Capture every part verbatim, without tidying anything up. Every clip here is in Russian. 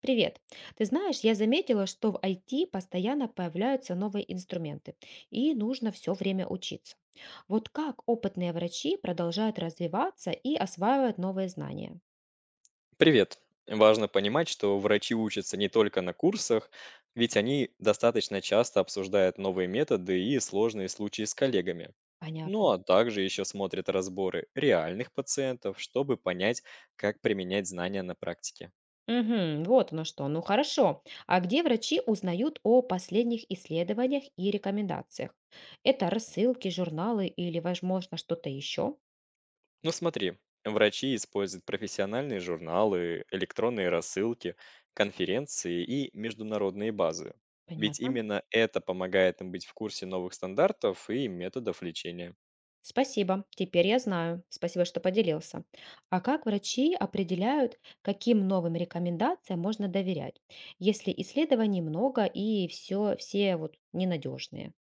Привет. Ты знаешь, я заметила, что в I T постоянно появляются новые инструменты, и нужно все время учиться. Вот как опытные врачи продолжают развиваться и осваивают новые знания? Привет. Важно понимать, что врачи учатся не только на курсах, ведь они достаточно часто обсуждают новые методы и сложные случаи с коллегами. Ну Понятно. а также еще смотрят разборы реальных пациентов, чтобы понять, как применять знания на практике. Мгм, вот оно что. Ну хорошо. А где врачи узнают о последних исследованиях и рекомендациях? Это рассылки, журналы или, возможно, что-то еще? Ну смотри, врачи используют профессиональные журналы, электронные рассылки, конференции и международные базы. Ведь Понятно. именно это помогает им быть в курсе новых стандартов и методов лечения. Спасибо, теперь я знаю. Спасибо, что поделился. А как врачи определяют, каким новым рекомендациям можно доверять, если исследований много и все, все вот ненадежные?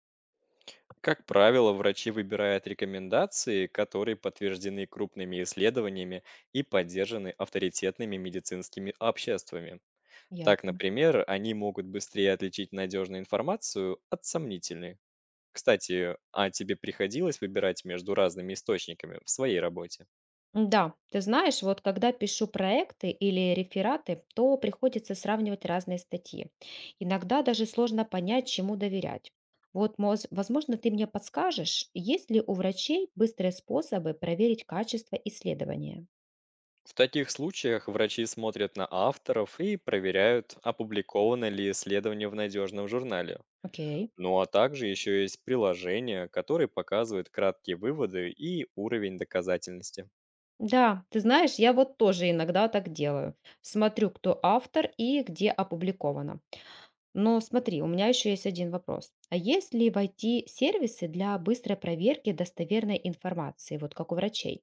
Как правило, врачи выбирают рекомендации, которые подтверждены крупными исследованиями и поддержаны авторитетными медицинскими обществами. Так, Ясно. например, они могут быстрее отличить надежную информацию от сомнительной. Кстати, а тебе приходилось выбирать между разными источниками в своей работе? Да, ты знаешь, вот когда пишу проекты или рефераты, то приходится сравнивать разные статьи. Иногда даже сложно понять, чему доверять. Вот, моз- возможно, ты мне подскажешь, есть ли у врачей быстрые способы проверить качество исследования? В таких случаях врачи смотрят на авторов и проверяют, опубликовано ли исследование в надежном журнале. Окей. Ну а также еще есть приложения, которые показывают краткие выводы и уровень доказательности. Да, ты знаешь, я вот тоже иногда так делаю. Смотрю, кто автор и где опубликовано. Но смотри, у меня еще есть один вопрос. А есть ли в I T-сервисы для быстрой проверки достоверной информации, вот как у врачей?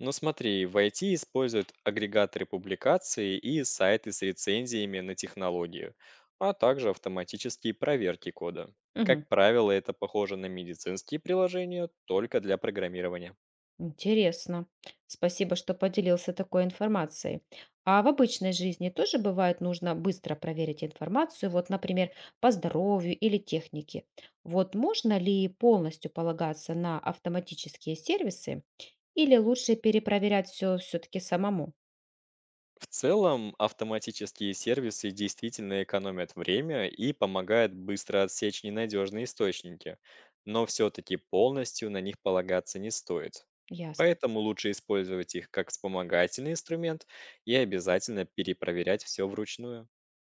Но смотри, в I T используют агрегаторы публикаций и сайты с рецензиями на технологию, а также автоматические проверки кода. Мгм. Как правило, это похоже на медицинские приложения только для программирования. Интересно. Спасибо, что поделился такой информацией. А в обычной жизни тоже бывает нужно быстро проверить информацию, вот, например, по здоровью или технике. Вот можно ли полностью полагаться на автоматические сервисы или лучше перепроверять все все-таки самому? В целом, автоматические сервисы действительно экономят время и помогают быстро отсечь ненадежные источники, но все-таки полностью на них полагаться не стоит. Ясно. Поэтому лучше использовать их как вспомогательный инструмент и обязательно перепроверять все вручную.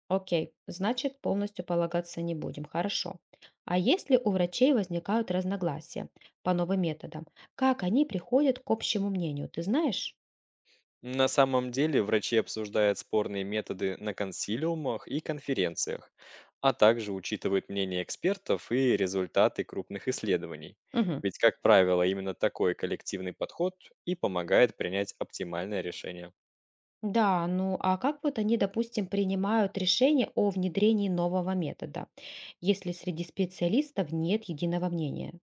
Окей, значит, полностью полагаться не будем. Хорошо. А если у врачей возникают разногласия по новым методам, как они приходят к общему мнению, ты знаешь? На самом деле врачи обсуждают спорные методы на консилиумах и конференциях, а также учитывают мнение экспертов и результаты крупных исследований. Мгм. Ведь, как правило, именно такой коллективный подход и помогает принять оптимальное решение. Да, ну а как вот они, допустим, принимают решение о внедрении нового метода, если среди специалистов нет единого мнения?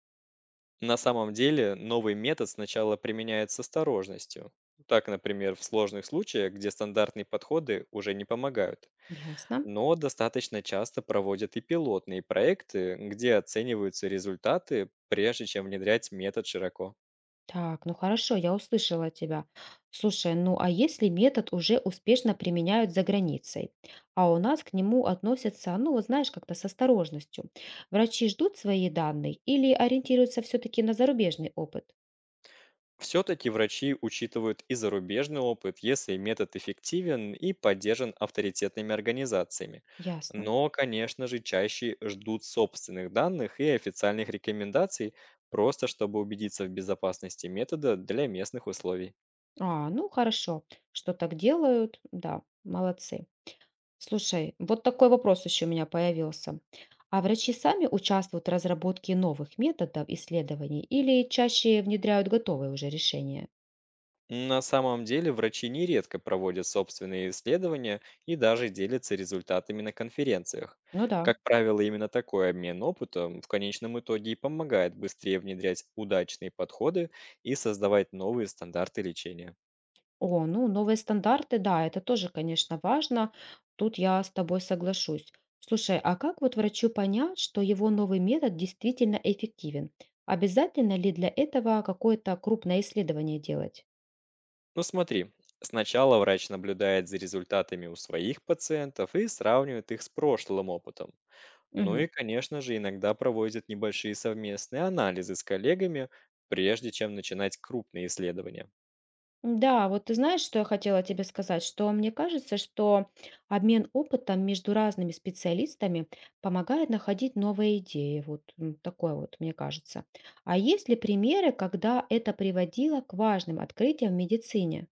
На самом деле новый метод сначала применяется с осторожностью. Так, например, в сложных случаях, где стандартные подходы уже не помогают. Ясно. Но достаточно часто проводят и пилотные проекты, где оцениваются результаты, прежде чем внедрять метод широко. Так, ну хорошо, я услышала тебя. Слушай, ну а если метод уже успешно применяют за границей, а у нас к нему относятся, ну, вот знаешь, как-то с осторожностью. Врачи ждут свои данные или ориентируются все-таки на зарубежный опыт? Все-таки врачи учитывают и зарубежный опыт, если метод эффективен и поддержан авторитетными организациями. Ясно. Но, конечно же, чаще ждут собственных данных и официальных рекомендаций, просто чтобы убедиться в безопасности метода для местных условий. А, ну хорошо, что так делают, да, молодцы. Слушай, вот такой вопрос еще у меня появился. А врачи сами участвуют в разработке новых методов исследований или чаще внедряют готовые уже решения? На самом деле врачи нередко проводят собственные исследования и даже делятся результатами на конференциях. Ну да. Как правило, именно такой обмен опытом в конечном итоге и помогает быстрее внедрять удачные подходы и создавать новые стандарты лечения. О, ну новые стандарты, да, это тоже, конечно, важно. Тут я с тобой соглашусь. Слушай, а как вот врачу понять, что его новый метод действительно эффективен? Обязательно ли для этого какое-то крупное исследование делать? Ну смотри, сначала врач наблюдает за результатами у своих пациентов и сравнивает их с прошлым опытом. Ну Мгм. и, конечно же, иногда проводят небольшие совместные анализы с коллегами, прежде чем начинать крупные исследования. Да, вот ты знаешь, что я хотела тебе сказать, что мне кажется, что обмен опытом между разными специалистами помогает находить новые идеи, вот м, такое вот, мне кажется. А есть ли примеры, когда это приводило к важным открытиям в медицине?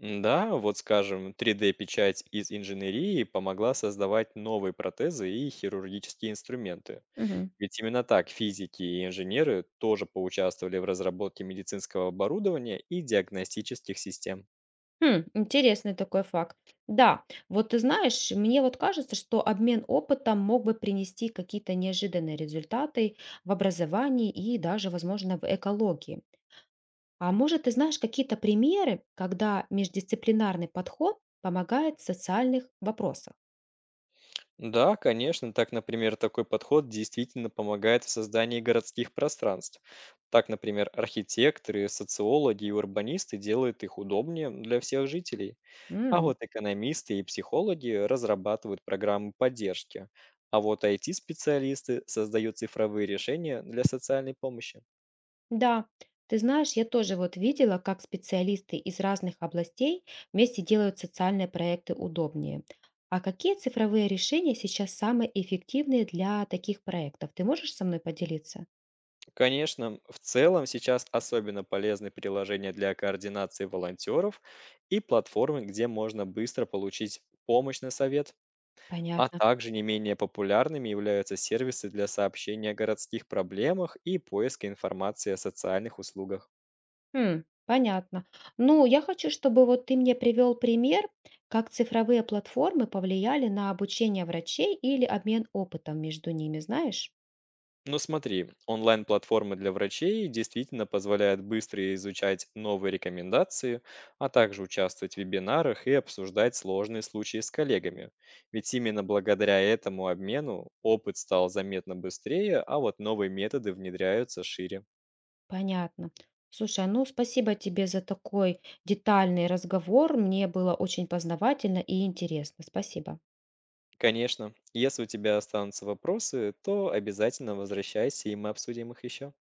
Да, вот скажем, три D-печать из инженерии помогла создавать новые протезы и хирургические инструменты. Мгм. Ведь именно так физики и инженеры тоже поучаствовали в разработке медицинского оборудования и диагностических систем. Хм, интересный такой факт. Да, вот ты знаешь, мне вот кажется, что обмен опытом мог бы принести какие-то неожиданные результаты в образовании и даже, возможно, в экологии. А может, ты знаешь какие-то примеры, когда междисциплинарный подход помогает в социальных вопросах? Да, конечно. Так, например, такой подход действительно помогает в создании городских пространств. Так, например, архитекторы, социологи и урбанисты делают их удобнее для всех жителей. А М. вот экономисты и психологи разрабатывают программы поддержки. А вот I T-специалисты создают цифровые решения для социальной помощи. Да, ты знаешь, я тоже вот видела, как специалисты из разных областей вместе делают социальные проекты удобнее. А какие цифровые решения сейчас самые эффективные для таких проектов? Ты можешь со мной поделиться? Конечно, в целом сейчас особенно полезны приложения для координации волонтеров и платформы, где можно быстро получить помощь на совет. А Понятно. также не менее популярными являются сервисы для сообщения о городских проблемах и поиска информации о социальных услугах. М, понятно. Ну, я хочу, чтобы вот ты мне привел пример, как цифровые платформы повлияли на обучение врачей или обмен опытом между ними, знаешь? Ну смотри, онлайн-платформы для врачей действительно позволяют быстро изучать новые рекомендации, а также участвовать в вебинарах и обсуждать сложные случаи с коллегами. Ведь именно благодаря этому обмену опыт стал заметно быстрее, а вот новые методы внедряются шире. Понятно. Слушай, а ну спасибо тебе за такой детальный разговор. Мне было очень познавательно и интересно. Спасибо. Конечно. Если у тебя останутся вопросы, то обязательно возвращайся, и мы обсудим их еще.